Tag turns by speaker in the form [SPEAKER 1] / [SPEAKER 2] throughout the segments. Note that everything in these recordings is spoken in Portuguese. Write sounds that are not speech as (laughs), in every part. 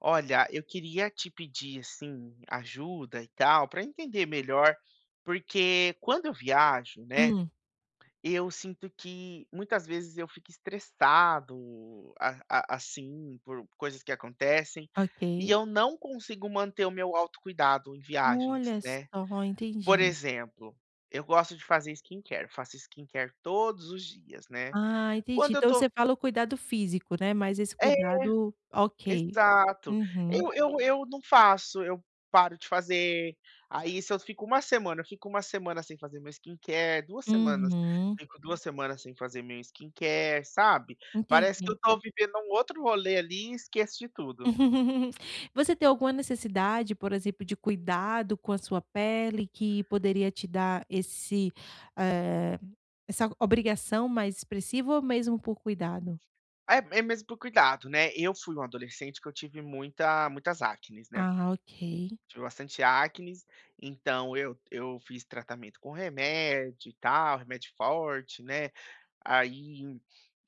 [SPEAKER 1] Olha, eu queria te pedir assim ajuda e tal para entender melhor, porque quando eu viajo, né,
[SPEAKER 2] Hum,
[SPEAKER 1] eu sinto que muitas vezes eu fico estressado, assim, por coisas que acontecem, e
[SPEAKER 2] ok.
[SPEAKER 1] eu não consigo manter o meu autocuidado em viagens,
[SPEAKER 2] Olha
[SPEAKER 1] né?
[SPEAKER 2] só,
[SPEAKER 1] Por
[SPEAKER 2] entendi.
[SPEAKER 1] exemplo, eu gosto de fazer skincare, faço skincare todos os dias, né?
[SPEAKER 2] Ah, entendi.
[SPEAKER 1] Quando eu
[SPEAKER 2] Então você
[SPEAKER 1] tô,
[SPEAKER 2] fala o cuidado físico, né, mas esse
[SPEAKER 1] é,
[SPEAKER 2] cuidado ok.
[SPEAKER 1] exato.
[SPEAKER 2] Uhum,
[SPEAKER 1] Eu não faço, eu paro de fazer. Aí se eu fico uma semana, eu fico uma semana sem fazer meu skincare, 2 semanas,
[SPEAKER 2] uhum,
[SPEAKER 1] fico 2 semanas sem fazer meu skincare, sabe. Parece que
[SPEAKER 2] entendi.
[SPEAKER 1] eu tô vivendo um outro rolê ali e esqueço de tudo.
[SPEAKER 2] (laughs) Você tem alguma necessidade, por exemplo, de cuidado com a sua pele que poderia te dar esse, eh, essa obrigação mais expressiva ou mesmo por cuidado?
[SPEAKER 1] É é mesmo por cuidado, né. Eu fui um adolescente que eu tive muita muitas acnes, né.
[SPEAKER 2] Ah, ok.
[SPEAKER 1] Tive bastante acnes, então eu fiz tratamento com remédio e tal, remédio forte, né. Aí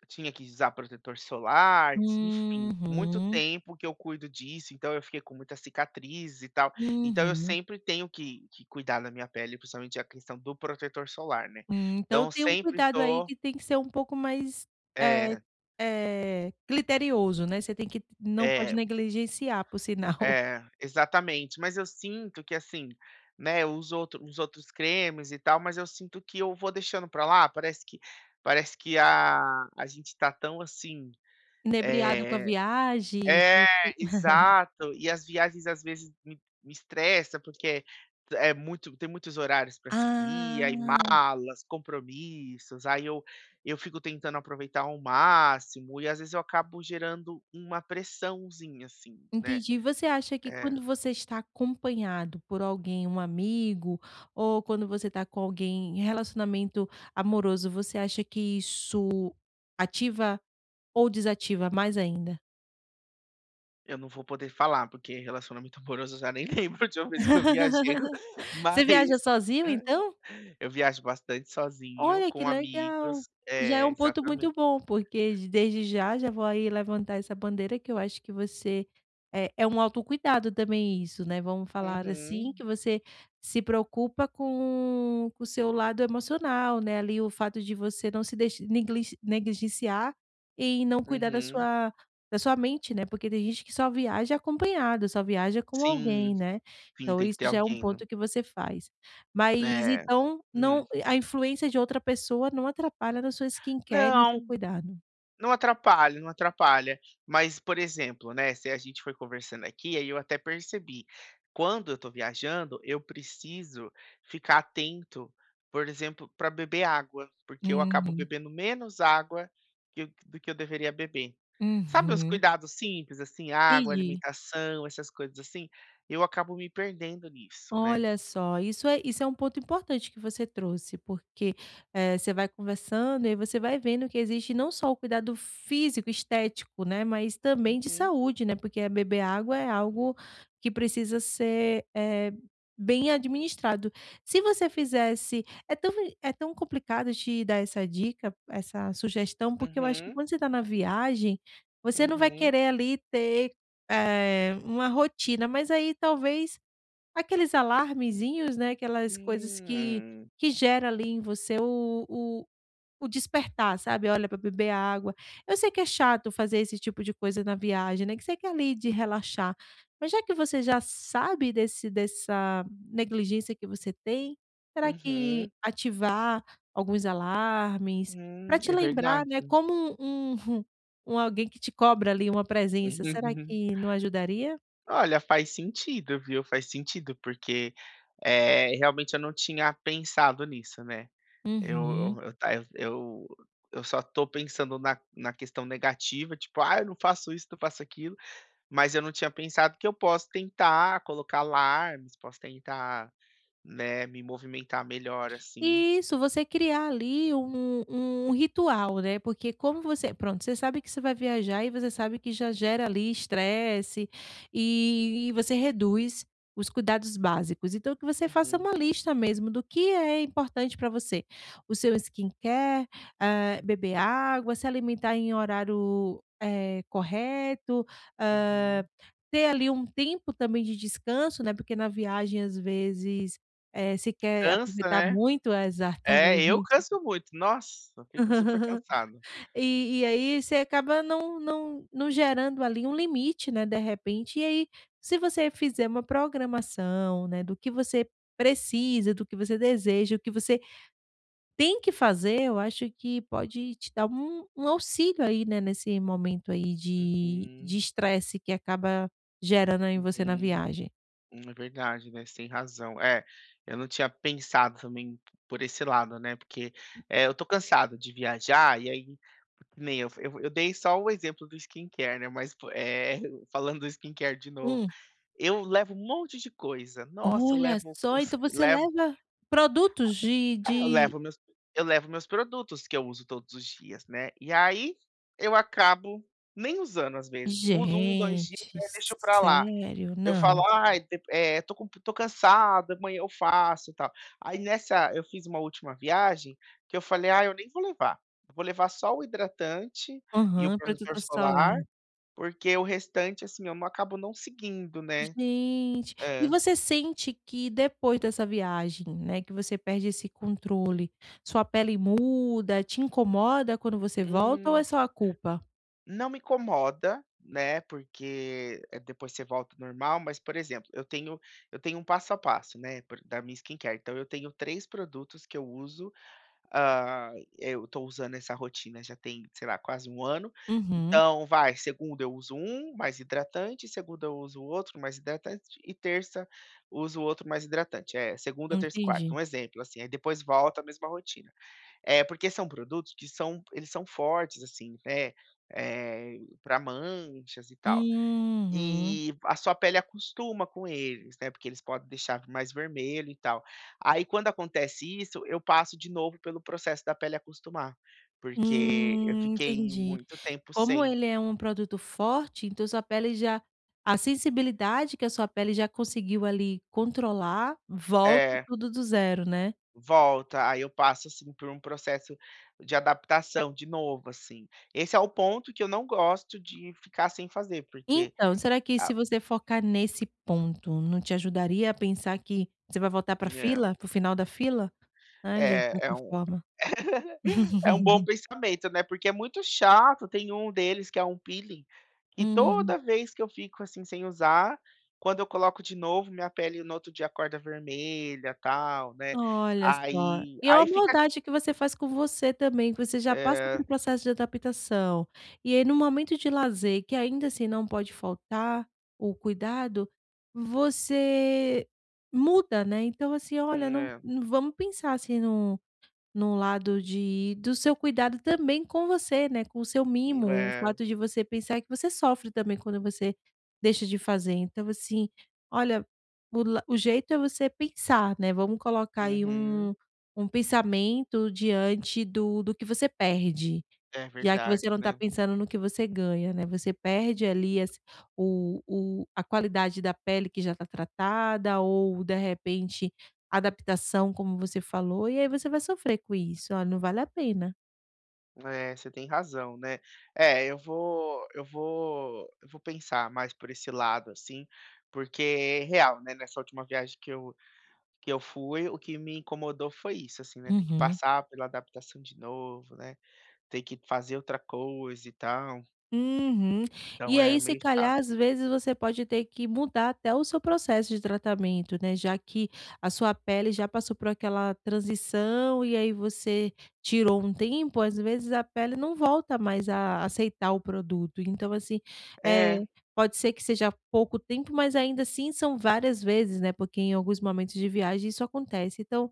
[SPEAKER 1] tinha que usar protetor solar, enfim, muito
[SPEAKER 2] Uhum,
[SPEAKER 1] tempo que eu cuido disso, então eu fiquei com muita cicatriz e tal. Então eu
[SPEAKER 2] uhum.
[SPEAKER 1] sempre tenho que cuidar da minha pele, principalmente a questão do protetor solar, né. Então
[SPEAKER 2] Então
[SPEAKER 1] eu
[SPEAKER 2] tem um
[SPEAKER 1] sempre
[SPEAKER 2] cuidado aí
[SPEAKER 1] tô
[SPEAKER 2] que tem que ser um pouco mais, eh
[SPEAKER 1] é,
[SPEAKER 2] criterioso, né, você tem que não pode
[SPEAKER 1] é,
[SPEAKER 2] negligenciar, por sinal.
[SPEAKER 1] é, exatamente. Mas eu sinto que assim, né, eu uso outro uns outros cremes e tal, mas eu sinto que eu vou deixando pra lá, parece que parece que a a gente tá tão assim,
[SPEAKER 2] (laughs) Inebriado com a
[SPEAKER 1] eh
[SPEAKER 2] viagem,
[SPEAKER 1] é,
[SPEAKER 2] você
[SPEAKER 1] exato. E as viagens às vezes me estressa, porque é muito tem muitos horários para seguir, aí
[SPEAKER 2] ah,
[SPEAKER 1] malas, compromissos, aí eu fico tentando aproveitar ao máximo e às vezes eu acabo gerando uma pressãozinha, assim, né.
[SPEAKER 2] entendi. Você acha que
[SPEAKER 1] É,
[SPEAKER 2] quando você está acompanhado por alguém, um amigo, ou quando você está com alguém em relacionamento amoroso, você acha que isso ativa ou desativa mais ainda?
[SPEAKER 1] eu não vou poder falar, porque relacionamento (laughs) amoroso eu já nem (laughs) lembro de uma vez que eu viajei,
[SPEAKER 2] (laughs) Você viaja
[SPEAKER 1] mas
[SPEAKER 2] sozinho então?
[SPEAKER 1] (laughs) eu viajo bastante sozinho,
[SPEAKER 2] Olha, que
[SPEAKER 1] com
[SPEAKER 2] legal.
[SPEAKER 1] amigos.
[SPEAKER 2] Já é
[SPEAKER 1] É,
[SPEAKER 2] um ponto
[SPEAKER 1] exatamente.
[SPEAKER 2] muito bom, porque desde já, já vou aí levantar essa bandeira que eu acho que você é um autocuidado também isso, né, vamos falar assim,
[SPEAKER 1] Uhum,
[SPEAKER 2] que você se preocupa com o seu lado emocional, né, ali o fato de você não se deix neglis negligenciar e não cuidar
[SPEAKER 1] uhum.
[SPEAKER 2] da sua mente, né, porque tem gente que só viaja acompanhado, só viaja com
[SPEAKER 1] Sim,
[SPEAKER 2] alguém, né.
[SPEAKER 1] sim,
[SPEAKER 2] Então
[SPEAKER 1] tem que
[SPEAKER 2] isso
[SPEAKER 1] ter
[SPEAKER 2] já é um
[SPEAKER 1] alguém, né.
[SPEAKER 2] ponto que você faz. Mas
[SPEAKER 1] É,
[SPEAKER 2] então
[SPEAKER 1] hum.
[SPEAKER 2] não a influência de outra pessoa não atrapalha na sua skincare, nem seu
[SPEAKER 1] Não,
[SPEAKER 2] cuidado.
[SPEAKER 1] não atrapalha, não atrapalha. Mas, por exemplo, né, se a gente foi conversando aqui, aí eu até percebi, quando eu tô viajando, eu preciso ficar atento, por exemplo, para beber água, porque eu acabo
[SPEAKER 2] Uhum,
[SPEAKER 1] bebendo menos água que eu do que eu deveria beber. Sabe os
[SPEAKER 2] uhum.
[SPEAKER 1] cuidados simples, assim, água,
[SPEAKER 2] Entendi.
[SPEAKER 1] alimentação, essas coisas assim? Eu acabo me perdendo nisso, né.
[SPEAKER 2] Olha só, isso é um ponto importante que você trouxe, porque, você vai conversando e você vai vendo que existe não só o cuidado físico, estético, né, mas também de
[SPEAKER 1] Uhum,
[SPEAKER 2] saúde, né, porque beber água é algo que precisa ser, bem administrado. Se você fizesse é tão complicado te dar essa dica, essa sugestão, porque eu acho que
[SPEAKER 1] uhum,
[SPEAKER 2] quando você está na viagem, você não vai
[SPEAKER 1] uhum.
[SPEAKER 2] querer ali ter, uma rotina, mas aí talvez aqueles alarmezinhos, né, aquelas coisas que
[SPEAKER 1] Hum,
[SPEAKER 2] que gera ali em você o despertar, sabe, olha, para beber água. Eu sei que é chato fazer esse tipo de coisa na viagem, né, que você quer ali de relaxar, mas já que você já sabe desse dessa negligência que você tem, será que
[SPEAKER 1] uhum,
[SPEAKER 2] ativar alguns alarmes, para te
[SPEAKER 1] é
[SPEAKER 2] lembrar,
[SPEAKER 1] verdade.
[SPEAKER 2] né,
[SPEAKER 1] (laughs)
[SPEAKER 2] como um (laughs) um alguém que te cobra ali uma presença, será
[SPEAKER 1] Uhum.
[SPEAKER 2] que não ajudaria?
[SPEAKER 1] Olha, faz sentido, viu? Faz sentido, porque, realmente eu não tinha pensado nisso, né?
[SPEAKER 2] Uhum.
[SPEAKER 1] Eu eu só tô pensando na na questão negativa, tipo: "Ah, eu não faço isso, não faço aquilo", mas eu não tinha pensado que eu posso tentar colocar alarmes, posso tentar, né, me movimentar melhor, assim.
[SPEAKER 2] Isso, você criar ali um ritual, né, porque como você pronto, você sabe que você vai viajar e você sabe que já gera ali estresse, e você reduz os cuidados básicos. Então que você faça
[SPEAKER 1] Uhum,
[SPEAKER 2] uma lista mesmo do que é importante para você. O seu skincare, beber água, se alimentar em horário, correto, hã,
[SPEAKER 1] uhum.
[SPEAKER 2] ter ali um tempo também de descanso, né, porque na viagem às vezes, é, se quer
[SPEAKER 1] Cansa,
[SPEAKER 2] aproveitar
[SPEAKER 1] né?
[SPEAKER 2] muito é
[SPEAKER 1] É, eu
[SPEAKER 2] exatamente.
[SPEAKER 1] canso muito. Nossa, eu fico super
[SPEAKER 2] (laughs)
[SPEAKER 1] cansado.
[SPEAKER 2] E aí você acaba não gerando ali um limite, né, de repente. E aí, se você fizer uma programação, né, do que você precisa, do que você deseja, o que você tem que fazer, eu acho que pode te dar um auxílio aí, né, nesse momento aí de
[SPEAKER 1] Uhum,
[SPEAKER 2] estresse que acaba gerando em você na
[SPEAKER 1] uhum.
[SPEAKER 2] viagem.
[SPEAKER 1] É verdade, né, você tem razão. É, eu não tinha pensado também por esse lado, né, porque, eu tô cansado de viajar e aí que nem eu dei só o exemplo do skincare, né, mas (laughs) falando do skincare de novo,
[SPEAKER 2] Hum,
[SPEAKER 1] eu levo um monte de coisa. Nossa, eu
[SPEAKER 2] olha
[SPEAKER 1] levo
[SPEAKER 2] só,
[SPEAKER 1] os
[SPEAKER 2] então você
[SPEAKER 1] levo
[SPEAKER 2] leva produtos
[SPEAKER 1] é,
[SPEAKER 2] de
[SPEAKER 1] eu levo meus produtos que eu uso todos os dias, né, e aí eu acabo nem usando às vezes, uso um 2 dias,
[SPEAKER 2] gente,
[SPEAKER 1] aí deixo pra lá.
[SPEAKER 2] sério?
[SPEAKER 1] Eu falo:
[SPEAKER 2] Não.
[SPEAKER 1] "Ai, tô com tô cansada, amanhã eu faço, e tal". Aí nessa eu fiz uma última viagem que eu falei: "Ah, eu nem vou levar, eu vou levar só o hidratante e o
[SPEAKER 2] Aham,
[SPEAKER 1] protetor
[SPEAKER 2] protetor
[SPEAKER 1] solar,
[SPEAKER 2] solar.
[SPEAKER 1] porque o restante, assim, eu não acabo não seguindo, né".
[SPEAKER 2] Gente, e
[SPEAKER 1] É.
[SPEAKER 2] você sente que depois dessa viagem, né, que você perde esse controle, sua pele muda, te incomoda quando você volta ou
[SPEAKER 1] Hum.
[SPEAKER 2] é só a culpa?
[SPEAKER 1] Não me incomoda, né, porque, depois você volta ao normal, mas, por exemplo, eu tenho um passo a passo, né, por da minha skincare, então eu tenho 3 produtos que eu uso, hã, eu tô usando essa rotina já tem, sei lá, quase um ano,
[SPEAKER 2] Uhum,
[SPEAKER 1] então vai, segunda eu uso um mais hidratante, segunda eu uso outro mais hidratante e terça uso outro mais hidratante. É, segunda, terça e quarta,
[SPEAKER 2] entendi.
[SPEAKER 1] um exemplo, assim, aí depois volta a mesma rotina. É, porque são produtos que são eles são fortes, assim, né, pra manchas e tal.
[SPEAKER 2] Uhum.
[SPEAKER 1] E a sua pele acostuma com eles, né, porque eles podem deixar mais vermelho e tal. Aí quando acontece isso, eu passo de novo pelo processo da pele acostumar, porque eu fiquei
[SPEAKER 2] Entendi.
[SPEAKER 1] muito tempo
[SPEAKER 2] Como
[SPEAKER 1] sem.
[SPEAKER 2] ele é um produto forte, então sua pele já a sensibilidade que a sua pele já conseguiu ali controlar, volta
[SPEAKER 1] É,
[SPEAKER 2] tudo do zero, né?
[SPEAKER 1] volta, aí eu passo, assim, por um processo de adaptação de novo, assim. Esse é o ponto que eu não gosto de ficar sem fazer, porque
[SPEAKER 2] Então, será que se
[SPEAKER 1] ah,
[SPEAKER 2] você focar nesse ponto, não te ajudaria a pensar que você vai voltar para
[SPEAKER 1] é,
[SPEAKER 2] fila, para o final da fila? Ai, gente,
[SPEAKER 1] é,
[SPEAKER 2] de outra forma.
[SPEAKER 1] é um bom
[SPEAKER 2] (laughs)
[SPEAKER 1] pensamento, né, porque é muito chato, tem um deles que é um peeling, e
[SPEAKER 2] Uhum.
[SPEAKER 1] toda vez que eu fico, assim, sem usar, quando eu coloco de novo, minha pele no outro dia acorda vermelha, tal, né,
[SPEAKER 2] Olha só,
[SPEAKER 1] aí
[SPEAKER 2] e é
[SPEAKER 1] aí
[SPEAKER 2] uma
[SPEAKER 1] fica di
[SPEAKER 2] maldade que você faz com você também, que você já passa por
[SPEAKER 1] é,
[SPEAKER 2] um processo de adaptação, e aí no momento de lazer, que ainda assim não pode faltar o cuidado, você muda, né. Então assim, olha,
[SPEAKER 1] é,
[SPEAKER 2] vamos pensar assim num num lado de do seu cuidado também com você, né, com o seu mimo, o
[SPEAKER 1] é,
[SPEAKER 2] fato de você pensar que você sofre também quando você deixa de fazer. Então, assim, olha, o jeito é você pensar, né, vamos colocar aí
[SPEAKER 1] uhum,
[SPEAKER 2] um um pensamento diante do que você perde.
[SPEAKER 1] é
[SPEAKER 2] Já que
[SPEAKER 1] verdade,
[SPEAKER 2] você não está
[SPEAKER 1] né.
[SPEAKER 2] pensando no que você ganha, né, você perde ali as o a qualidade da pele que já está tratada ou, de repente, adaptação, como você falou, e aí você vai sofrer com isso. Olha, não vale a pena.
[SPEAKER 1] É, você tem razão, né. É, eu vou pensar mais por esse lado, assim, porque é real, né, nessa última viagem que eu que eu fui, o que me incomodou foi isso, assim, né, ter que
[SPEAKER 2] Uhum.
[SPEAKER 1] passar pela adaptação de novo, né, ter que fazer outra coisa e tal,
[SPEAKER 2] Uhum.
[SPEAKER 1] então
[SPEAKER 2] E
[SPEAKER 1] é
[SPEAKER 2] aí, se
[SPEAKER 1] meio chato.
[SPEAKER 2] calhar, às vezes você pode ter que mudar até o seu processo de tratamento, né? Já que a sua pele já passou por aquela transição e aí você tirou um tempo, às vezes a pele não volta mais a aceitar o produto. Então, assim, é
[SPEAKER 1] É,
[SPEAKER 2] pode ser que seja pouco tempo, mas ainda assim são várias vezes, né? Porque em alguns momentos de viagem isso acontece. Então,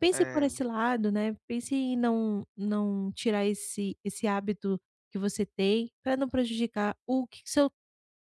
[SPEAKER 2] pense por
[SPEAKER 1] é,
[SPEAKER 2] esse lado, né, pense em não tirar esse hábito que você tem, para não prejudicar o que seu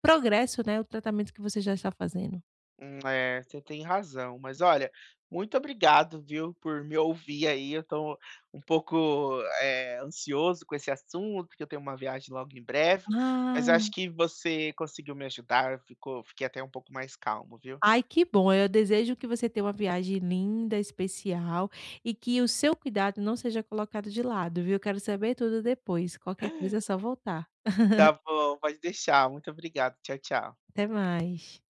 [SPEAKER 2] progresso, né, o tratamento que você já está fazendo.
[SPEAKER 1] é, você tem razão, mas olha, muito obrigado, viu, por me ouvir aí, eu tô um pouco, ansioso com esse assunto, porque eu tenho uma viagem logo em breve, mas acho
[SPEAKER 2] Ai.
[SPEAKER 1] que você conseguiu me ajudar, ficou fiquei até um pouco mais calmo, viu.
[SPEAKER 2] Ai, que bom, eu desejo que você tenha uma viagem linda, especial, e que o seu cuidado não seja colocado de lado, viu. Eu quero saber tudo depois, qualquer coisa é só voltar.
[SPEAKER 1] Tá bom, pode deixar, muito obrigado, tchau, tchau.
[SPEAKER 2] Até mais.